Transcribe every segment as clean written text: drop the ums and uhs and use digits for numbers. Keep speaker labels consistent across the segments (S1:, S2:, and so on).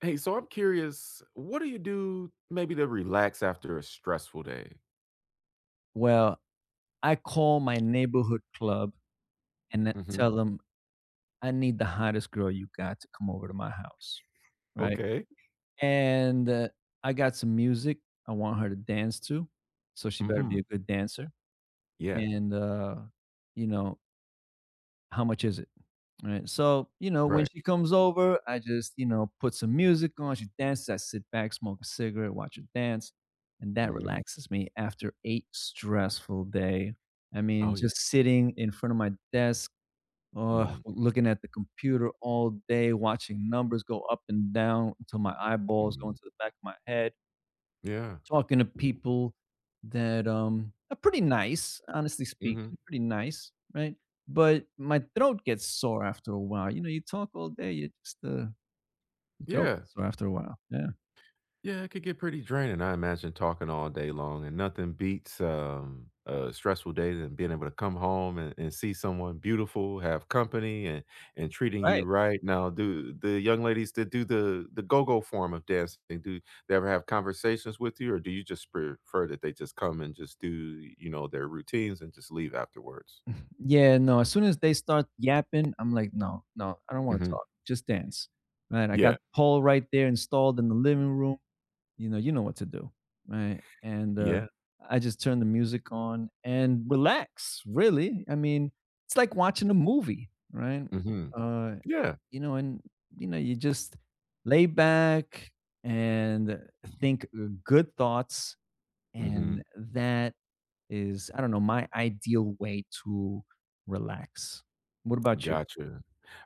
S1: Hey, so I'm curious, what do you do maybe to relax after a stressful day?
S2: Well, I call my neighborhood club and then
S1: Mhm.
S2: tell them, "I need the hottest girl you got to come over to my house," right?
S1: Okay.
S2: And, I got some music I want her to dance to, so she better be
S1: Mhm.
S2: a good dancer,
S1: Yeah.
S2: and, you know, how much is it? All right. So, when
S1: Right.
S2: she comes over, I just put some music on. She dances. I sit back, smoke a cigarette, watch her dance. And that
S1: Mhm.
S2: relaxes me after eight stressful day. I mean,
S1: Oh, yeah.
S2: just sitting in front of my desk, oh,
S1: Mhm.
S2: looking at the computer all day, watching numbers go up and down until my eyeballs go
S1: Mhm.
S2: into the back of my head.
S1: Yeah.
S2: Talking to people that, are pretty nice, honestly speaking,
S1: Mhm.
S2: pretty nice, right? But my throat gets sore after a while. You talk all day, you just, your throat
S1: Yeah.
S2: gets sore after a while. Yeah.
S1: Yeah, it could get pretty draining. I imagine talking all day long, and nothing beats a stressful day than being able to come home and see someone beautiful, have company, and treating you
S2: Right.
S1: right. Now, do the young ladies that do the go go form of dancing do they ever have conversations with you, or do you just prefer that they just come and just do their routines and just leave afterwards?
S2: Yeah, no, as soon as they start yapping, I'm like, "No, no, I don't wanna
S1: Hmm.
S2: talk. Just dance." Right? I got
S1: Yeah,
S2: the pole right there installed in the living room. You know what to do, right? And
S1: yeah.
S2: I just turn the music on and relax. Really, I mean it's like watching a movie, right?
S1: Hmm,
S2: uh
S1: yeah.
S2: you know and you know You just lay back and think good thoughts. And
S1: Hmm.
S2: that is, I don't know, my ideal way to relax. What about you?
S1: Gotcha.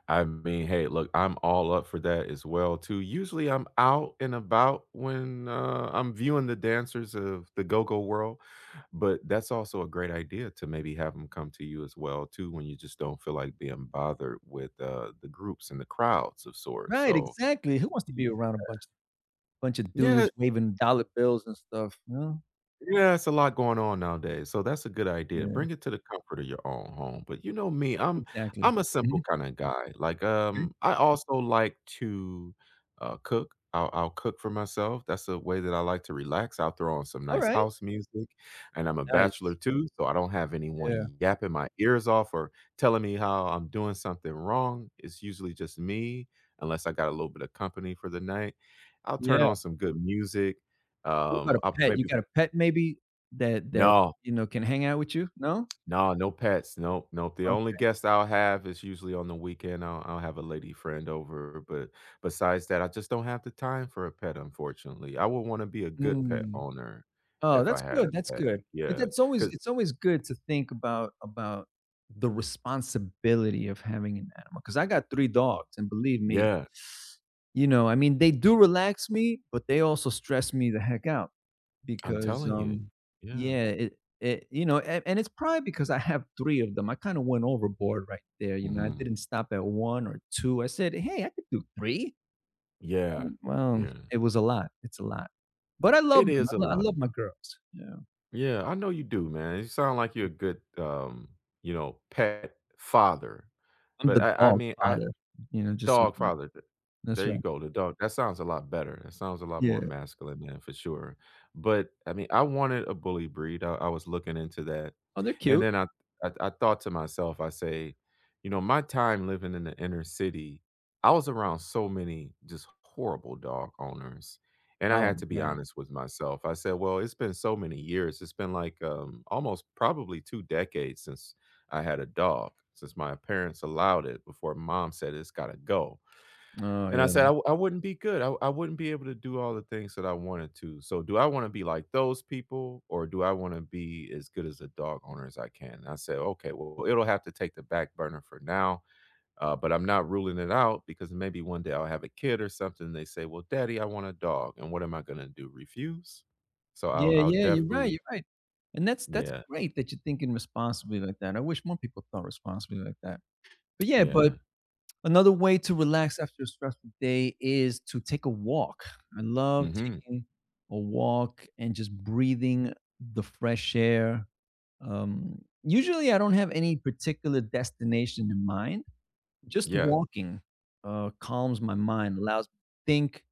S1: I mean, hey, look, I'm all up for that as well too. Usually I'm out and about when, I'm viewing the dancers of the go-go world, but that's also a great idea to maybe have them come to you as well too when you just don't feel like being bothered with, the groups and the crowds of sorts,
S2: Right,
S1: so,
S2: exactly, who wants to
S1: y
S2: be around a bunch of dudes
S1: yeah.
S2: waving dollar bills and stuff, you know?
S1: Yeah, it's a lot going on nowadays, so that's a good idea. Bring it to the comfort of your own home, but you know me, I'm
S2: Exactly.
S1: I'm a simple
S2: Mhm,
S1: kinda guy, like,
S2: okay.
S1: I also like to, cook. I'll cook for myself. That's a way that I like to relax. I'll throw on some nice
S2: Alright,
S1: house music, and I'm a bachelor
S2: nice.
S1: too, so I don't have
S2: Yeah,
S1: anyone yapping my ears off or telling me how I'm doing something wrong. It's usually just me, unless I got a little bit of company for the night. I'll turn
S2: yeah.
S1: on some good music.
S2: What about
S1: um,
S2: a
S1: I'll
S2: pet? You
S1: maybe
S2: got a pet maybe that that,
S1: no,
S2: you know, can hang out with you? No?
S1: no, no pets, nope, nope. The only
S2: Okay.
S1: guest I'll have is usually on the weekend. I'll have a lady friend over, but besides that, I just don't have the time for a pet, unfortunately. I would wanna be a good pet
S2: Mm.
S1: owner
S2: Oh,
S1: if I
S2: that's
S1: had a
S2: good, that's
S1: pet.
S2: good. It
S1: Yeah,
S2: it's always
S1: cause,
S2: it's always good to think about the responsibility of having an animal. Because I got 3 dogs, and believe me,
S1: yeah, 'cause, yeah,
S2: I mean, they do relax me, but they also stress me the heck out.
S1: I'm
S2: Because,
S1: telling you. Yeah.
S2: yeah, it and it's probably because I have 3 of them. I kinda went overboard right there, I
S1: Mhm.
S2: didn't stop at 1 or 2. I said, "Hey, I could do 3."
S1: Yeah,
S2: Well,
S1: yeah.
S2: it was a lot, it's a lot. But I love
S1: It
S2: them,
S1: is a
S2: I
S1: lot.
S2: love my girls, yeah.
S1: Yeah, I know you do, man. You sound like you're a good, pet father,
S2: I'm
S1: but
S2: the
S1: I I
S2: dog
S1: mean, I
S2: father, just so you
S1: Dog
S2: know.
S1: father. th
S2: That's
S1: there you
S2: right.
S1: go. The dog, that sounds a lot better. That sounds a lot more
S2: Yeah.
S1: masculine, man, for sure. But, I mean, I wanted a bully breed. I was looking into that,
S2: Oh, they're
S1: and
S2: cute.
S1: then I thought to myself. I say, my time living in the inner city, I was around so many just horrible dog owners, and I
S2: Oh,
S1: had to be
S2: man.
S1: honest with myself. I said, "Well, it's been so many years, it's been like, almost probably 2 decades since I had a dog, since my parents allowed it before mom said it's got to go."
S2: Oh,
S1: And I said, I,
S2: yeah.
S1: w- I wouldn't be good. I wouldn't be able to do all the things that I wanted to. So, do I want to be like those people, or do I want to be as good as a dog owner as I can? And I said, okay, well, it'll have to take the back burner for now. But I'm not ruling it out, because maybe one day I'll have a kid or something. They say, "Well, daddy, I want a dog." And what am I going to do? Refuse? So, I'll,
S2: Yeah,
S1: I'll
S2: yeah, you're right, you're
S1: definitely,
S2: right. And that's
S1: yeah,
S2: great that you're thinking responsibly like that. I wish more people thought responsibly like that. But yeah, but
S1: yeah.
S2: another way to relax after a stressful day is to take a walk. I love
S1: Mm hmm.
S2: taking a walk and just breathing the fresh air. Usually, I don't have any particular destination in mind. Just
S1: Yeah.
S2: walking calms my mind, allows me to think.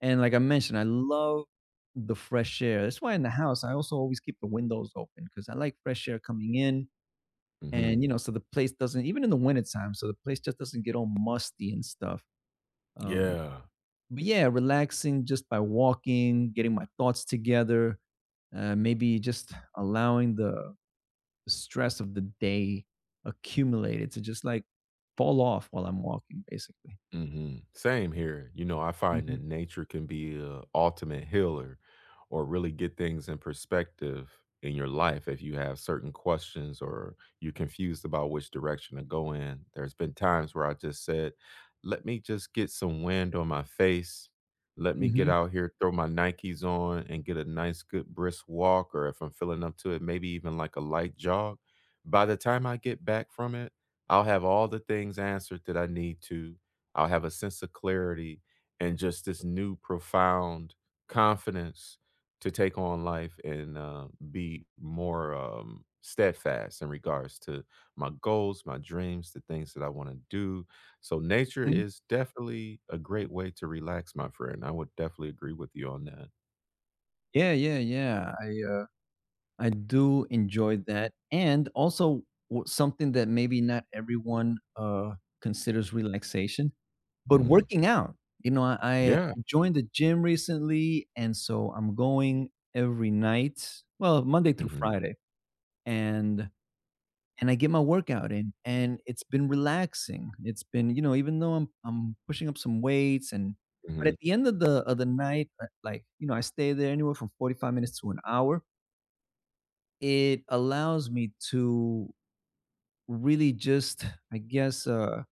S2: And like I mentioned, I love the fresh air. That's why in the house, I also always keep the windows open because I like fresh air coming in.
S1: Mm hmm.
S2: And, so the place doesn't, even in the winter time, so the place just doesn't get all musty and stuff, um,
S1: Yeah.
S2: but yeah, relaxing just by walking, getting my thoughts together, maybe just allowing the stress of the day accumulated to just like fall off while I'm walking, basically.
S1: Mhm. Same here. You know, I find
S2: Mhm,
S1: that nature can be a ultimate healer, or really get things in perspective in your life if you have certain questions or you're confused about which direction to go in. There's been times where I just said, "Let me just get some wind on my face. Let me get
S2: mhm,
S1: out here, throw my Nikes on and get a nice good brisk walk, or if I'm feeling up to it, maybe even like a light jog." By the time I get back from it, I'll have all the things answered that I need to. I'll have a sense of clarity and just this new profound confidence to take on life, and be more steadfast in regards to my goals, my dreams, the things that I want to do. So, nature
S2: mhm.
S1: is definitely a great way to relax, my friend. I would definitely agree with you on that.
S2: Yeah, yeah, yeah. Uh, I do enjoy that, and also something that maybe not everyone considers relaxation. But
S1: Mhm.
S2: working out, you know, I
S1: Yeah.
S2: I joined the gym recently, and so I'm going every night, well, Monday through
S1: Hmm.
S2: Friday, and I get my workout in, and it's been relaxing. It's been, even though I'm pushing up some weights. And but
S1: Hmm.
S2: at the end of the night, like, I stay there anywhere from 45 minutes to an hour. It allows me to really just, I guess,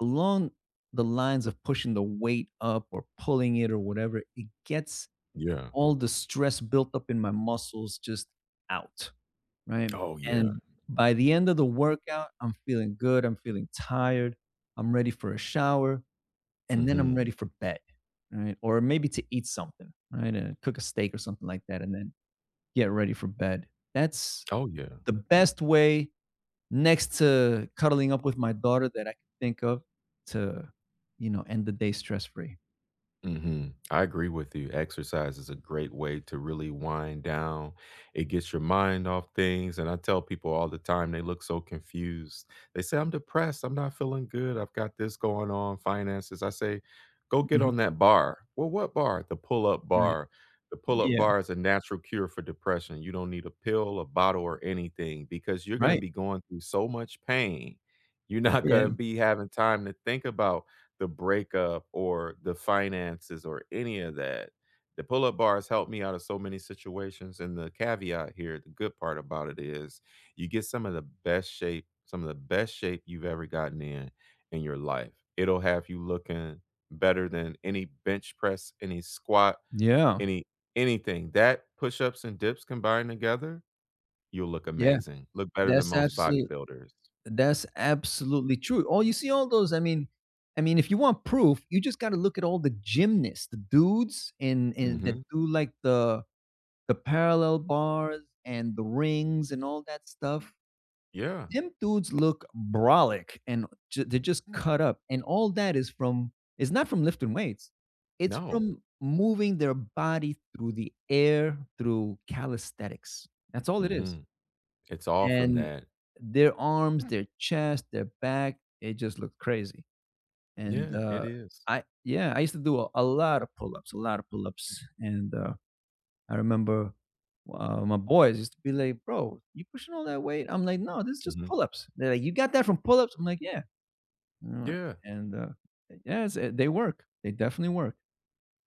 S2: along the lines of pushing the weight up or pulling it or whatever, it gets
S1: Yeah.
S2: all the stress built up in my muscles just out, right?
S1: Oh, yeah.
S2: And by the end of the workout, I'm feeling good. I'm feeling tired. I'm ready for a shower. And then I'm
S1: Hmm.
S2: ready for bed, right? Or maybe to eat something, right? And cook a steak or something like that. And then get ready for bed. That's
S1: Oh, yeah.
S2: the best way next to cuddling up with my daughter that I can think of to, end the day stress free.
S1: Hmm. I agree with you. Exercise is a great way to really wind down. It gets your mind off things. And I tell people all the time, they look so confused. They say, "I'm depressed. I'm not feeling good. I've got this going on, finances." I say, go get
S2: Mhm,
S1: on that bar. Well, what bar? The pull up
S2: right.
S1: bar. The pull up
S2: Yeah,
S1: bar is a natural cure for depression. You don't need a pill, a bottle, or anything, because you're going to
S2: right.
S1: be going through so much pain. You're not
S2: Yeah.
S1: going to be having time to think about the breakup or the finances or any of that. The pull up bars helped me out of so many situations. And the caveat here, the good part about it, is you get some of the best shape, some of the best shape you've ever gotten in your life. It'll have you looking better than any bench press, any squat,
S2: Yeah.
S1: any anything. That push ups and dips combined together, you'll look
S2: Yeah.
S1: amazing. Look better than
S2: That's
S1: most
S2: absolute
S1: bodybuilders.
S2: That's absolutely true. All you see all those, I mean, if you want proof, you just got to look at all the gymnasts, the dudes and that
S1: Hmm.
S2: do like the parallel bars and the rings and all that stuff.
S1: Yeah.
S2: Them dudes look brolic and they're just cut up. And all that is from, it's not from lifting weights. It's
S1: No.
S2: from moving their body through the air through calisthenics. That's all it is.
S1: Hmm. It's all from
S2: And
S1: that.
S2: their arms, their chest, their back, it just looked crazy. And,
S1: Yeah, it is.
S2: I used to do a lot of pull-ups, a lot of pull-ups, and, I remember, my boys used to be like, "Bro, you pushing all that weight?" I'm like, "No, this is just
S1: Mhm.
S2: pull-ups." They're like, "You got that from pull-ups?" I'm like, "Yeah." You
S1: Yeah.
S2: and, uh, yes, they work. They definitely work.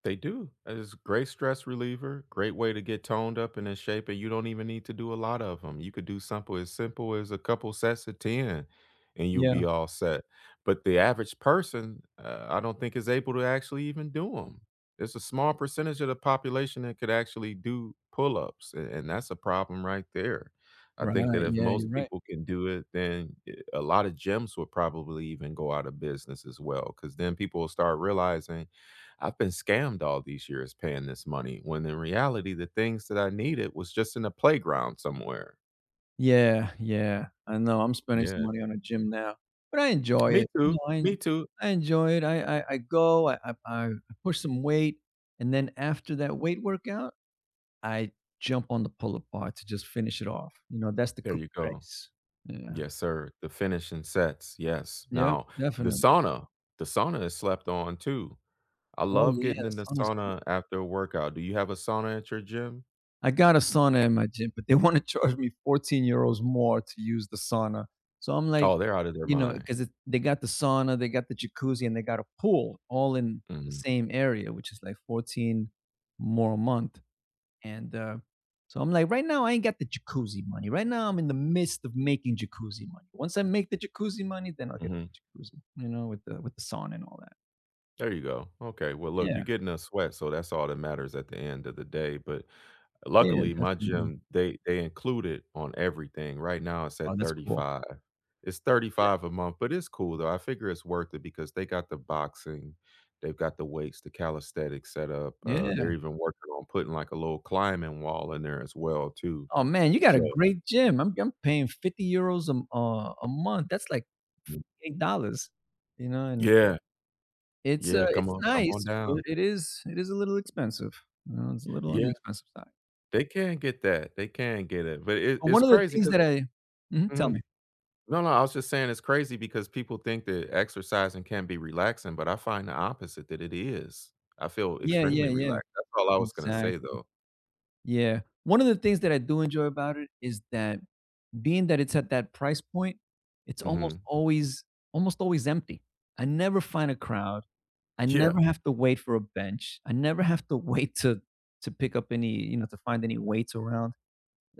S1: They do. And it's a great stress reliever, great way to get toned up and in shape, and you don't even need to do a lot of them. You could do simple as a couple sets of 10, and you'll
S2: Yeah,
S1: be all set. But the average person, I don't think, is able to actually even do them. It's a small percentage of the population that could actually do pull-ups, and that's a problem right there. I think that
S2: right,
S1: if
S2: yeah,
S1: most
S2: you're right.
S1: people can do it, then a lot of gyms would probably even go out of business as well, because then people will start realizing I've been scammed all these years paying this money, when in reality, the things that I needed was just in a playground somewhere.
S2: Yeah, yeah. I know, I'm spending some
S1: Yeah.
S2: money on a gym now, but I enjoy
S1: Me
S2: it,
S1: too.
S2: I
S1: Me too.
S2: I enjoy it, I go, I push some weight, and then after that weight workout, I jump on the pull-up bar to just finish it off, that's the
S1: There
S2: cookie
S1: you go.
S2: race. Yeah.
S1: Yes, sir. The finishing sets. Yes.
S2: Yeah,
S1: Now, the
S2: definitely.
S1: sauna, the sauna, is slept on too. I
S2: Oh,
S1: love
S2: yeah,
S1: getting
S2: the
S1: in the
S2: sauna's good.
S1: sauna after a workout. Do you have a sauna at your gym?
S2: I got a sauna in my gym, but they want to charge me €14 more to use the sauna. So I'm like,
S1: Oh, they're out of their mind.
S2: because they got the sauna, they got the jacuzzi, and they got a pool all in the
S1: Mhm.
S2: same area, which is like 14 more a month. And so I'm like, right now, I ain't got the jacuzzi money. Right now, I'm in the midst of making jacuzzi money. Once I make the jacuzzi money, then I'll get
S1: Mhm.
S2: the jacuzzi, with the sauna and all that.
S1: There you go. Okay. Well, look,
S2: Yeah,
S1: you're getting a sweat, so that's all that matters at the end of the day. But
S2: yeah,
S1: luckily, my
S2: definitely.
S1: gym, they include it on everything. Right now, it's at
S2: Oh, that's cool.
S1: 35. It's 35 a month, but it's cool though. I figure it's worth it, because they got the boxing, they've got the weights, the calisthenics set up. Uh,
S2: Yeah.
S1: they're even working on putting like a little climbing wall in there as well too.
S2: Oh, man, you got a
S1: So
S2: great gym. I'm paying €50 a month. That's like
S1: mm,
S2: $8, and
S1: yeah, yeah, come
S2: it's
S1: on, come on
S2: nice,
S1: down.
S2: but it is a little expensive, it's a little on the
S1: Yeah,
S2: expensive side.
S1: they can get that. They can get it, but it,
S2: But
S1: it's
S2: one of the
S1: crazy
S2: things
S1: because
S2: that I— mhm, tell me.
S1: No, no, I was just saying it's crazy because people think that exercising can be relaxing, but I find the opposite that it is. I feel
S2: Yeah, yeah,
S1: extremely
S2: yeah,
S1: relaxed. That's all I was gonna say
S2: exactly.
S1: though.
S2: Yeah. One of the things that I do enjoy about it is that being that it's at that price point, it's
S1: Mhm.
S2: almost always empty. I never find a crowd. I never
S1: Yeah.
S2: have to wait for a bench. I never have to wait to pick up any, to find any weights around.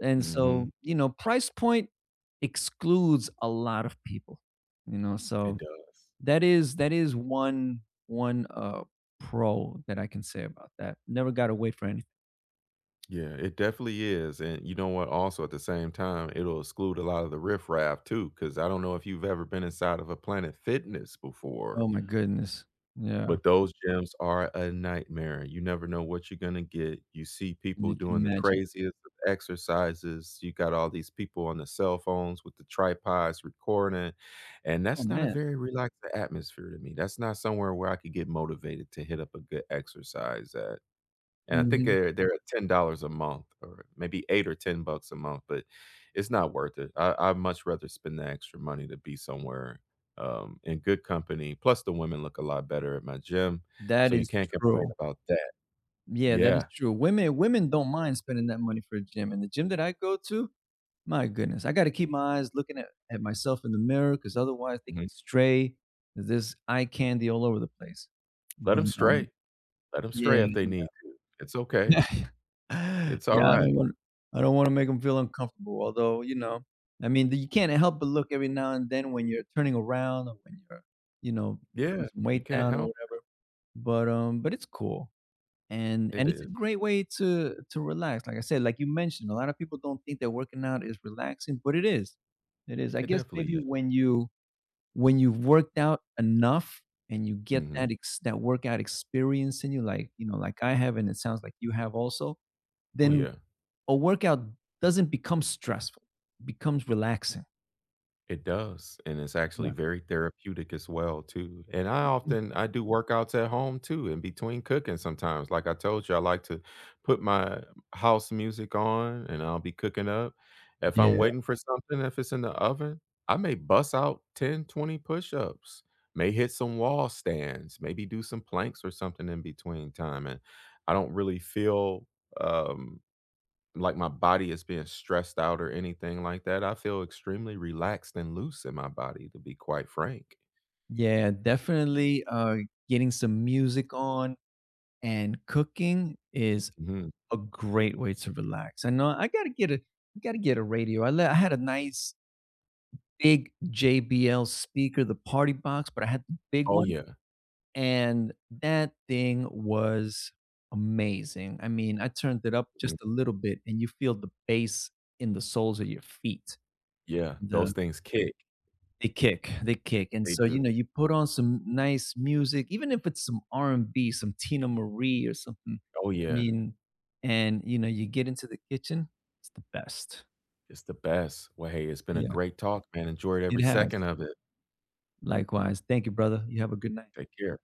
S2: And so,
S1: Mhm.
S2: price point excludes a lot of people,
S1: It
S2: So
S1: does.
S2: that is one pro that I can say about that. Never got to wait for anything.
S1: Yeah, it definitely is, and you know what, also, at the same time, it'll exclude a lot of the riffraff too. Because I don't know if you've ever been inside of a Planet Fitness before.
S2: Oh my goodness. Yeah.
S1: But those gyms are a nightmare. You never know what you're gonna get. You see people
S2: You can
S1: doing the
S2: imagine.
S1: craziest of exercises. You got all these people on the cell phones with the tripods recording, and
S2: Oh
S1: that's not a
S2: man.
S1: very relaxing atmosphere to me. That's not somewhere where I could get motivated to hit up a good exercise at. And I think
S2: Hmm.
S1: they're at $10 a month, or maybe 8 or 10 bucks a month, but it's not worth it. I'd much rather spend the extra money to be somewhere, in good company, plus the women look a lot better at my gym,
S2: That
S1: so you
S2: is
S1: can't complain
S2: true.
S1: about that.
S2: Yeah, that is
S1: Yeah,
S2: true. Women don't mind spending that money for a gym. And the gym that I go to, my goodness, I gotta keep my eyes looking at myself in the mirror because otherwise they can
S1: mhm.
S2: stray. There's eye candy all over the place.
S1: Let
S2: But,
S1: them stray. Let them
S2: yeah,
S1: stray if they need to. It's okay.
S2: yeah.
S1: It's
S2: Yeah,
S1: alright.
S2: I don't wanna make them feel uncomfortable, although, I mean, you can't help but look every now and then when you're turning around or when you're, you know, putting
S1: Yeah,
S2: some
S1: you
S2: weight
S1: can't
S2: down or
S1: help
S2: whatever, but it's cool. And
S1: it.
S2: and
S1: It
S2: it's
S1: is.
S2: a great way to relax. Like I said, like you mentioned, a lot of people don't think that working out is relaxing, but it is. It is. I
S1: It
S2: guess
S1: definitely
S2: maybe
S1: is.
S2: when you've worked out enough and you get
S1: Mhm.
S2: that workout experience in you, like, like I have and it sounds like you have also,
S1: Oh,
S2: then
S1: yeah.
S2: a workout doesn't become stressful, it becomes relaxing.
S1: It does, and it's actually
S2: Yeah.
S1: very therapeutic as well too, and I
S2: Mhm.
S1: often I do workouts at home too, in between cooking sometimes. Like I told you, I like to put my house music on, and I'll be cooking up. If I'm
S2: Yeah.
S1: waiting for something, if it's in the oven, I may bust out 10, 20 push-ups, may hit some wall stands, maybe do some planks or something in between time, and I don't really feel, um like my body is being stressed out or anything like that. I feel extremely relaxed and loose in my body, to be quite frank.
S2: Yeah, definitely getting some music on and cooking is
S1: Mhm.
S2: a great way to relax. I know I gotta get a radio. I had a nice big JBL speaker, the party box, but I had the big
S1: Oh,
S2: one,
S1: yeah.
S2: and that thing was amazing. I mean, I turned it up
S1: Mhm.
S2: just a little bit, and you feel the bass in the soles of your feet,
S1: Yeah,
S2: uh
S1: those things kick.
S2: they kick, they kick, and
S1: They
S2: so,
S1: do.
S2: you put on some nice music, even if it's some R&B, some Tina Marie or something,
S1: Oh,
S2: I
S1: yeah.
S2: mean, and, you get into the kitchen, it's the best.
S1: It's the best. Well, hey, it's been a
S2: Yeah,
S1: great talk, man. Enjoyed
S2: it
S1: every
S2: has.
S1: second of it.
S2: Likewise. Thank you, brother. You have a good night.
S1: Take care.